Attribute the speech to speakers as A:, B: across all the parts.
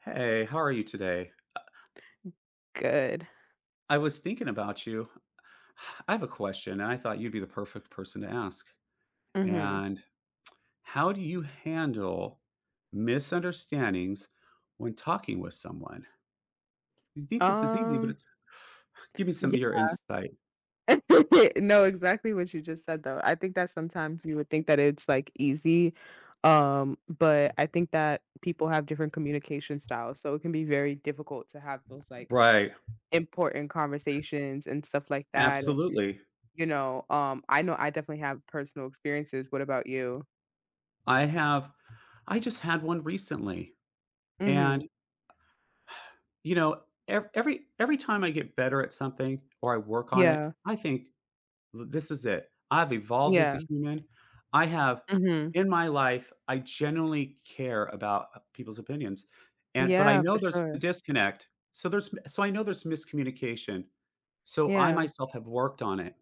A: Hey, how are you today? I
B: Good.
A: I was thinking about you. I have a question, and I thought you'd be the perfect person to ask.
B: Mhm.
A: And how do you handle misunderstandings when talking with someone? You think this is easy, but
B: Um,
A: it's. Give me some
B: yeah.
A: of your insight.
B: No, exactly what you just said, though. I think that sometimes you would think that it's, like, easy, but I think that people have different communication styles, so it can be very difficult to have those, like,
A: Right.
B: important conversations and stuff like that, and,
A: Absolutely.
B: I know I definitely have personal experiences. What about you?
A: I have I just had one recently. And
B: Mhm.
A: you know, every time I get better at something or I work on it,
B: Yeah.
A: I think this is it. I've evolved as a
B: Yeah.
A: human. I have
B: Mhm.
A: in my life, I genuinely care about, people's opinions, and but I
B: Yeah, for
A: know there's a
B: sure.
A: disconnect. So I know there's miscommunication. So I
B: Yeah.
A: myself have worked on it.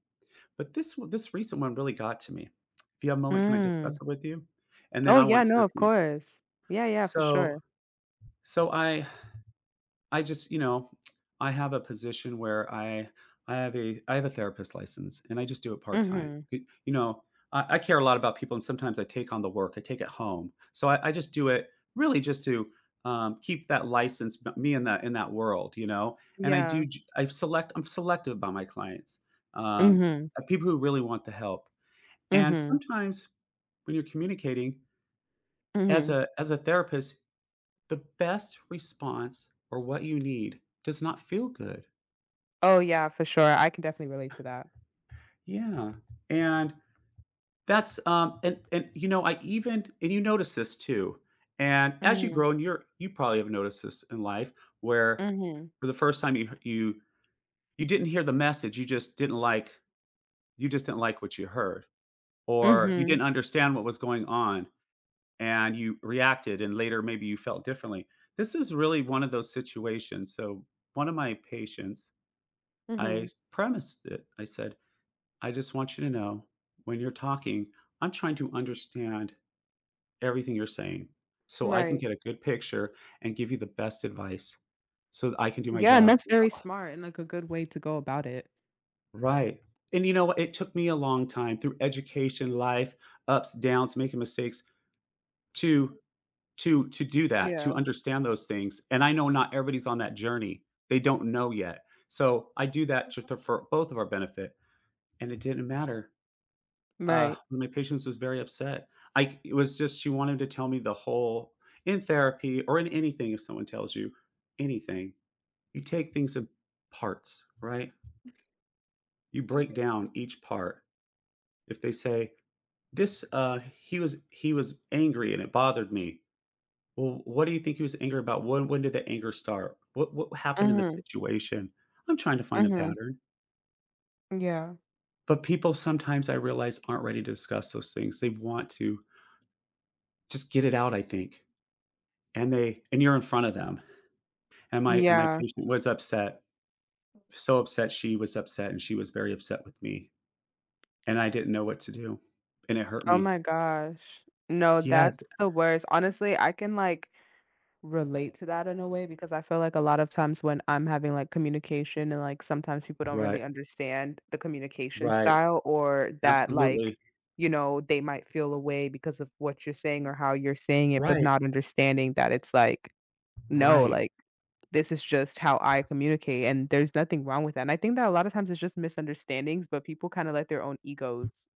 A: But this recent one really got to me. If you have a moment, can I
B: Mm.
A: discuss it with you? And then
B: Oh,
A: I
B: yeah,
A: want
B: no,
A: your
B: of
A: view.
B: course. Yeah, yeah, for sure.
A: So so I just, you know, I have a position where I have a therapist license and I just do it part time.
B: Mhm.
A: You know, I care a lot about people and sometimes I take on the work, I take it home. So I just do it really just to keep that license me in that world, you know. And I
B: Yeah.
A: do I'm selective about my clients, um,
B: Mhm.
A: people who really want the help. And
B: Mhm.
A: sometimes when you're communicating as
B: Mhm.
A: a therapist, the best response or what you need does not feel good.
B: Oh, yeah, for sure. I can definitely relate to that.
A: Yeah. And that's and you know, I even and you notice this too. And as you
B: Mhm.
A: grow and you probably have noticed this in life where
B: Mhm.
A: for the first time you didn't hear the message, you just didn't like you just didn't like what you heard or you
B: Mhm.
A: didn't understand what was going on and you reacted and later maybe you felt differently. This is really one of those situations. So one of my patients
B: Mhm.
A: I premised it. I said, I just want you to know when you're talking, I'm trying to understand everything you're saying so I can
B: Right.
A: get a good picture and give you the best advice so that I can do my
B: Yeah, and
A: job
B: that's very smart and, like, a good way to go about it.
A: right. And you know what? It took me a long time through education, life, ups, downs, making mistakes to to do that,
B: Yeah.
A: to understand those things. And I know not everybody's on that journey. They don't know yet. So I do that just for both of our benefit. And it didn't matter.
B: Right.
A: One of my patients was very upset. I it was just she wanted to tell me the whole in therapy or in anything, if someone tells you anything, you take things in parts, right? You break down each part. If they say this, he was angry and it bothered me. Well, what do you think he was angry about? When did the anger start? What happened in the
B: Mhm.
A: situation? I'm trying to find a
B: Mhm.
A: pattern.
B: Yeah.
A: But people sometimes I realize aren't ready to discuss those things. They want to just get it out, I think. And you're in front of them. And my
B: Yeah.
A: patient was upset, she was upset, and she was very upset with me, and I didn't know what to do, and it hurt
B: Oh
A: me.
B: my gosh. No,
A: Yes.
B: that's the worst. Honestly, I can, like, relate to that in a way because I feel like a lot of times when I'm having, like, communication and, like, sometimes people don't
A: Right,
B: really understand the communication
A: right,
B: style or that, like,
A: absolutely.
B: they might feel a way because of what you're saying or how you're saying it, but
A: Right,
B: not understanding that it's like, "No,
A: right,
B: like, this is just how I communicate, and there's nothing wrong with that," and I think that a lot of times it's just misunderstandings, but people kinda let their own egos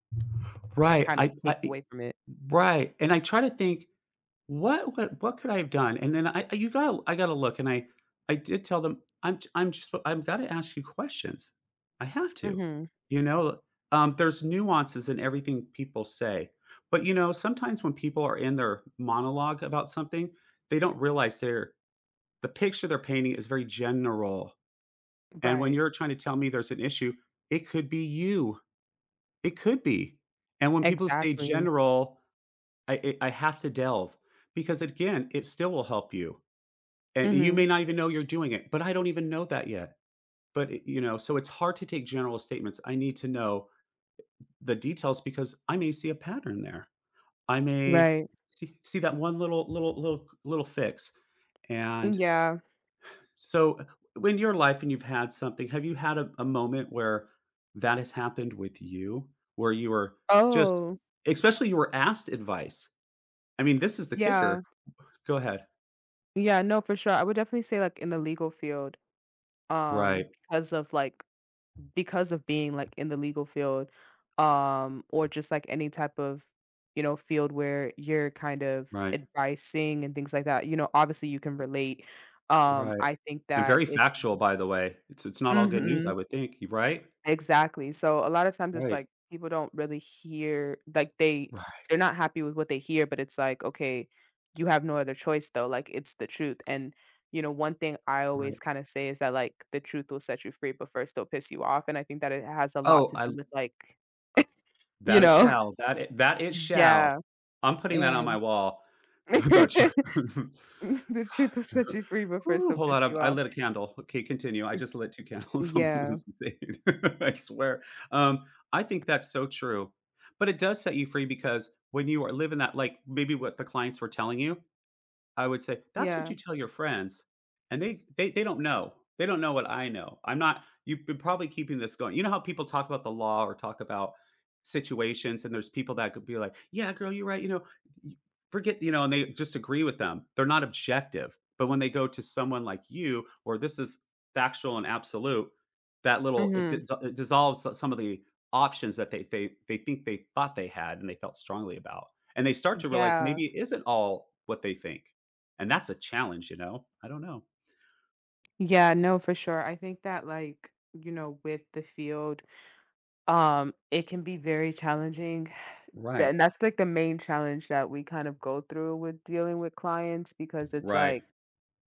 A: right.
B: kind of take
A: I
B: away from it.
A: Right, and I try to think. What could I have done? And then I you gotta look, and I did tell them, "I'm just I have gotta ask you questions. I have to."
B: Mhm.
A: You know? There's nuances in everything people say. But, you know, sometimes when people are in their monologue about something, they don't realize the picture they're painting is very general, and when
B: Right.
A: you're trying to tell me there's an issue, it could be you. It could be. And when people say
B: Exactly.
A: general I have to delve because, again, it still will help you, and you may
B: Mhm.
A: not even know you're doing it, but I don't even know that yet, but, I you know, so it's hard to take general statements. I need to know the details because I may see a pattern there. I may
B: Right.
A: see that one little fix,
B: Mm,
A: and
B: yeah.
A: so in your life and you've had something, have you had a moment where that has happened with you, where you were just
B: Oh,
A: especially you were asked advice? I mean, this is the
B: yeah.
A: kicker. Go ahead.
B: Yeah, no, for sure. I would definitely say, like, in the legal field,
A: Right,
B: um, because of, like because of being, like, in the legal field, or just, like, any type of, field where you're kind of
A: right,
B: advising and things like that, obviously you can relate.
A: right,
B: I think
A: and
B: that
A: very
B: it's.
A: factual, by the way. It's not all good news, I
B: Mhm.
A: would think, y right?
B: Exactly. So a lot of times it's
A: Right,
B: like people don't really hear, like, they're
A: right,
B: not happy with what they hear, but it's like, okay, you have no other choice though. Like, it's the truth. And, one thing I always
A: right.
B: kind of say is that, like, the truth will set you free, but first it'll piss you off. And I think that it has a lot
A: Oh,
B: to do
A: I
B: with, like, you
A: that it
B: know,
A: shall, that it shall.
B: yeah.
A: I'm putting that on my
B: And
A: wall. The ch
B: the truth will set you free, but first
A: Ooh,
B: it'll
A: hold
B: piss
A: on,
B: you
A: I
B: off.
A: lit a candle. Okay, continue. I just lit 2 candles.
B: Yeah.
A: That's insane. I swear. Um, I think that's so true, but it does set you free because when you are living that like, maybe what the clients were telling you, I would say, "That's what
B: Yeah.
A: you tell your friends," and they don't know. They don't know what I know. I'm not You've been probably keeping this going. You know how people talk about the law or talk about situations, and there's people that could be like, "Yeah, girl, you're right," you know, y- forget, you know, and they just agree with them. They're not objective. But when they go to someone like you, or this is factual and absolute, that
B: Hmm.
A: it dissolves some of the options that they think they thought they had and they felt strongly about, and they start to realize
B: Yeah.
A: maybe it isn't all what they think. And that's a challenge, you know? I don't know.
B: Yeah, no, for sure. I think that, like, with the field. It can be very challenging. Th
A: Right,
B: and that's, like, the main challenge that we kind of go through with dealing with clients because it's
A: right.
B: like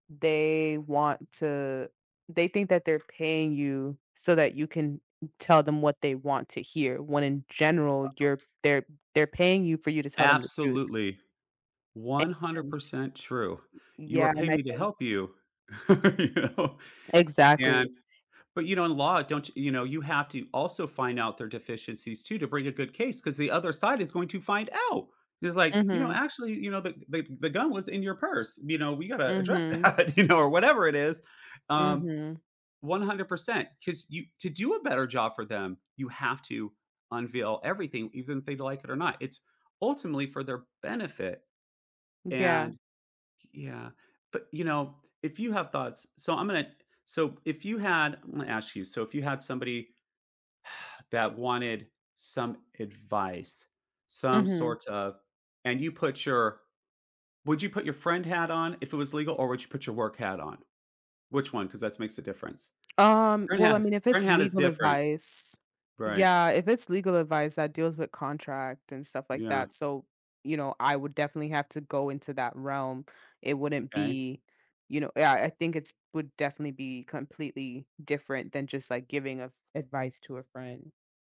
B: they want to they think that they're paying you so that you can tell them what they want to hear when in general you're they're paying you for you to tell them the truth,
A: Absolutely,
B: and
A: 100% true. You are
B: yeah, and
A: paying
B: I
A: me to
B: think.
A: help you, you know?
B: Exactly.
A: And but, you know, in law, don't you know, you have to also find out their deficiencies too to bring a good case because the other side is going to find out. It's like, you know,
B: Mhm.
A: "Actually, you know, the gun was in your purse, you know, we gotta address
B: Mhm.
A: that," you know, or whatever it is. Um,
B: Mhm.
A: 100% because you to do a better job for them you have to unveil everything even if they like it or not, it's ultimately for their benefit
B: Yeah.
A: and yeah but you know if you have thoughts so I'm gonna so if you had I'm gonna ask you so if you had somebody that wanted some advice some
B: Mhm.
A: sort of and you put your would you put your friend hat on if it was legal or would you put your work hat on which one because that makes a difference
B: Um, well, I mean, if
A: friend
B: it's
A: hat is
B: legal
A: different
B: advice,
A: right.
B: yeah, if it's legal advice that deals with contract and stuff like
A: Yeah,
B: that, so, I would definitely have to go into that realm. It wouldn't
A: okay.
B: be, yeah, I think it's would definitely be completely different than just, like, giving of advice to a friend.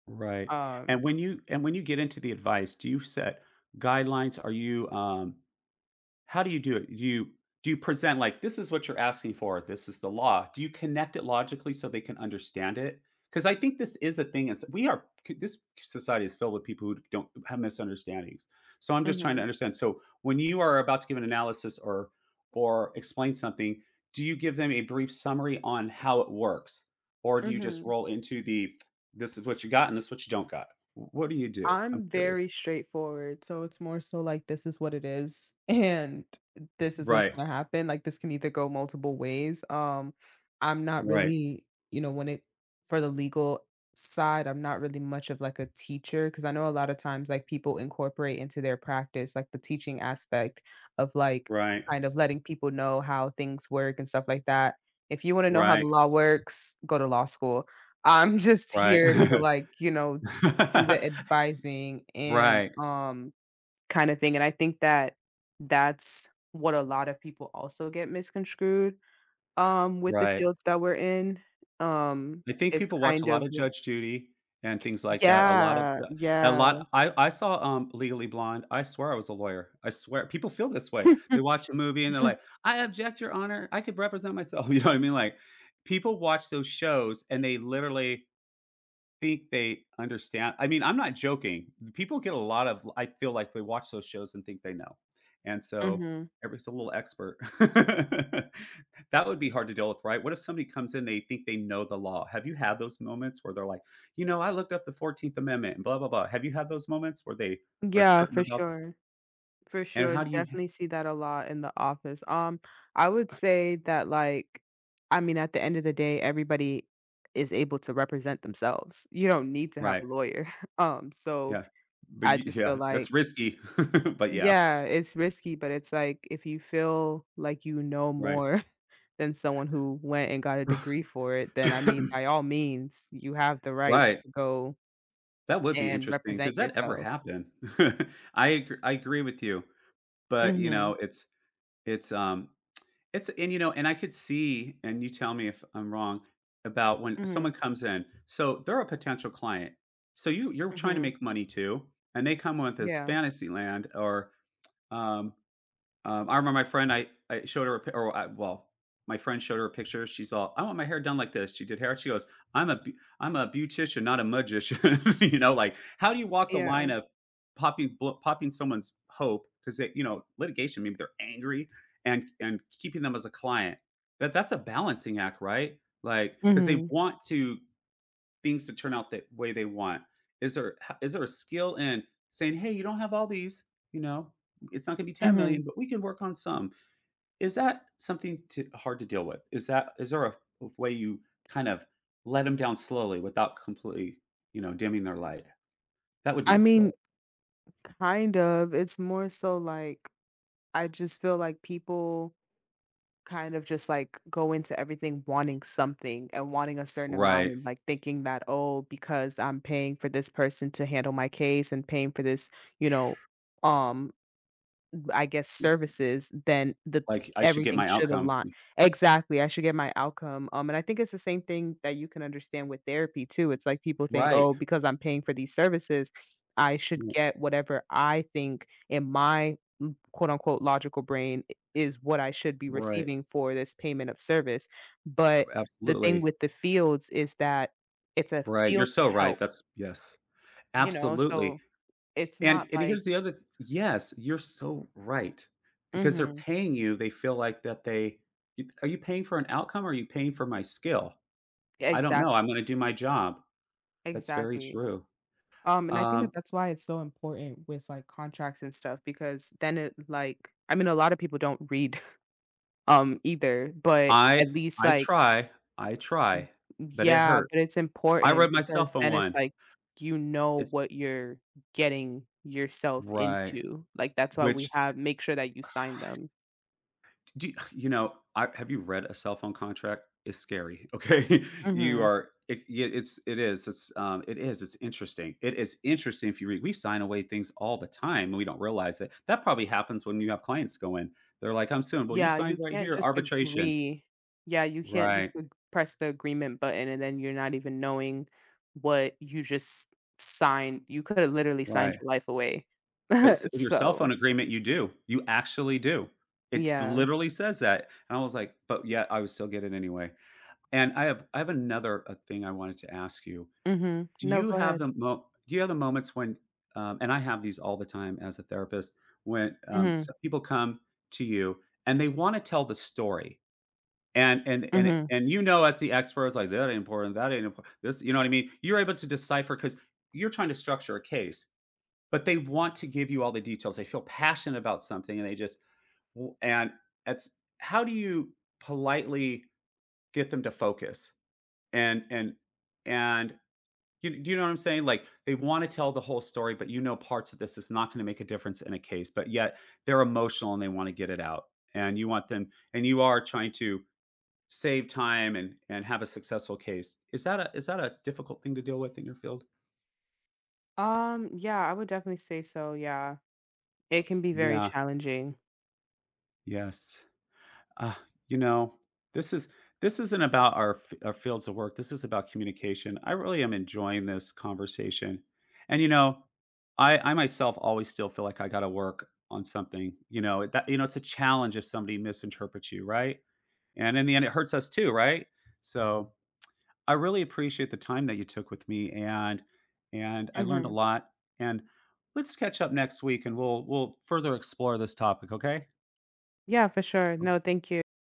A: Right.
B: Um
A: And when you get into the advice, do you set guidelines? Are you, how do you do it? Do you present like, "This is what you're asking for, this is the law." Do you connect it logically so they can understand it? Because I think this is a thing, it's we are this society is filled with people who don't have misunderstandings. So I'm just trying to
B: mhm,
A: understand. So when you are about to give an analysis or explain something, do you give them a brief summary on how it works? Or do you just
B: mhm.
A: roll into the, "This is what you got and this is what you don't got?" What do you do? I'm
B: I'm
A: curious.
B: very straightforward, so it's more so like this is what it is and this is what's
A: Right.
B: gonna happen. Like, this can either go multiple ways. I'm not
A: Right.
B: really, when it for the legal side, I'm not really much of like a teacher because I know a lot of times like people incorporate into their practice like the teaching aspect of like
A: Right.
B: kind of letting people know how things work and stuff like that. If you want to know how the
A: Right.
B: law works, go to law school. I'm just
A: Right.
B: here to, like, do the advising and,
A: Right,
B: kinda thing, and I think that that's what a lot of people also get misconstrued, with the
A: right.
B: fields that we're in. Um,
A: I think
B: it's
A: people watch a
B: kind
A: lot
B: of
A: of
B: li
A: Judge Judy and things like that. A lot of
B: Yeah,
A: the a
B: yeah.
A: lot I saw, Legally Blonde. I swear I was a lawyer. I swear people feel this way. They watch a movie and they're like, "I object, your honor. I could represent myself." You know what I mean? Like, people watch those shows and they literally think they understand. I mean, I'm not joking. People get a lot of I feel like they watch those shows and think they know. And so
B: Mhm.
A: everybody's a little expert. That would be hard to deal with, right? What if somebody comes in, they think they know the law? Have you had those moments where they're like, "You know, I looked up the 14th Amendment and blah, blah, blah." Have you had those moments where they are
B: Yeah,
A: certain
B: for
A: about
B: sure. For
A: and
B: sure,
A: how do you
B: definitely see that a lot in the office. I would say that, like, I mean, at the end of the day, everybody is able to represent themselves. You don't need to have
A: Right,
B: a lawyer. So
A: yeah. But
B: I
A: you
B: just feel
A: yeah, that's
B: like,
A: risky. But yeah,
B: yeah, it's risky, but it's like, if you feel like you know
A: right.
B: more than someone who went and got a degree for it, then I mean, by all means, you have the right
A: Right.
B: to go
A: That would be
B: and
A: interesting. Does
B: represent
A: that ever
B: yourself.
A: happen? I agree with you, but, you
B: Mhm,
A: know, it's it's, um and, I could see, and you tell me if I'm wrong about when someone
B: mhm,
A: comes in. So they're a potential client. So, you're trying to
B: mhm.
A: make money too, and they come with this
B: Yeah,
A: fantasy land, or, um I remember my friend, I showed her, a, pi- or I, well, my friend showed her a picture. She's all, "I want my hair done like this." She did hair. She goes, I'm a, beau- "I'm a beautician, not a magician." You know, like, how do you walk the
B: yeah.
A: line of popping someone's hope because they, you know, litigation, maybe they're angry, and keeping them as a client? That's a balancing act, right? Like, because they
B: Mhm,
A: want to things to turn out the way they want? Is there a skill in saying, "Hey, you don't have all these, you know, it's not going to be 10
B: mhm.
A: million, but we can work on some"? Is that something hard to deal with? Is there a way you kind of let them down slowly without completely, dimming their light? That would be
B: I
A: a skill.
B: mean, kind of, it's more so like I just feel like people kind of just like go into everything wanting something and wanting a certain amount
A: Right.
B: and like thinking that, oh, because I'm paying for this person to handle my case and paying for this, you know um I guess, services, then the
A: Like, I should get
B: everything
A: my
B: should
A: outcome.
B: align. Exactly, I should get my outcome, and I think it's the same thing that you can understand with therapy too. It's like people think,
A: Right.
B: "Oh, because I'm paying for these services, I should get whatever I think in my, quote, unquote logical brain' I is what I should be
A: Right.
B: receiving for this payment of service," but the thing
A: Absolutely.
B: with the fields is that it's a
A: Right. You're
B: field to
A: so
B: help,
A: right. That's yes. Absolutely.
B: so it's not
A: And,
B: like.
A: here's the other, yes, you're so right, because they're
B: Mhm.
A: paying you, they feel like that they you, "Are you paying for an outcome, or are you paying for my skill? I don't know, I'm
B: Exactly,
A: gonna do my job." That's very
B: exactly.
A: true.
B: And I think that
A: Um,
B: that's why it's so important with like contracts and stuff, because then it like, I mean, a lot of people don't read either, but
A: I
B: at least,
A: I
B: like,
A: try, I try, but it
B: yeah,
A: hurt.
B: but it's
A: I rode
B: important because
A: myself on
B: then it's
A: one.
B: like you know
A: It's
B: what you're getting yourself
A: right,
B: into. Like, that's why we
A: which...
B: have make sure that you sign them.
A: Do you you know, I have you read a cell phone contract? It's scary, okay? You
B: Mhm.
A: are it, yeah, it's it is. It's, it's interesting. It is interesting. If you read, we sign away things all the time, and we don't realize it. That probably happens when you have clients go in. They're like, "I'm suing." "Well, you
B: Yeah,
A: signed
B: you
A: right
B: can't
A: here,
B: just
A: arbitration."
B: agree. Yeah, you can't just
A: Right,
B: ag press the agreement button, and then you're not even knowing what you just signed. You coulda literally signed
A: right.
B: your life away.
A: It's in your cell
B: So,
A: phone agreement, you do. You actually do. It's
B: yeah.
A: literally says that, and I was like, "But yet I would still get it anyway." And I have another, thing I wanted to ask you.
B: Mhm. No, go ahead.
A: Do you have the moments when, and I have these all the time as a therapist, when,
B: Mhm,
A: so people come to you and they wanna tell the story, and and and
B: mhm.
A: and as the expert, it's like, "That ain't important, that ain't impor—" This, you know what I mean? You're able to decipher, because 'cause you're trying to structure a case, but they want to give you all the details. They feel passionate about something, and they just w and it's how do you politely get them to focus? And and and you do you know what I'm saying? Like, they wanna tell the whole story, but parts of this is not gonna make a difference in a case, but yet they're emotional and they wanna get it out. And you want them, and you are trying to save time and have a successful case. Is that a difficult thing to deal with in your field?
B: Yeah, I would definitely say so, yeah. It can be very
A: Yeah.
B: challenging.
A: Yes. Uh, you know, this is this isn't about our fields of work. This is about communication. I really am enjoying this conversation, and I myself always still feel like I got to work on something. You know that, it's a challenge if somebody misinterprets you, right? And in the end, it hurts us too, right? So I really appreciate the time that you took with me, and I learned a
B: Mhm.
A: lot. And let's catch up next week, and we'll further explore this topic. Okay.
B: Yeah, for sure. No, thank you.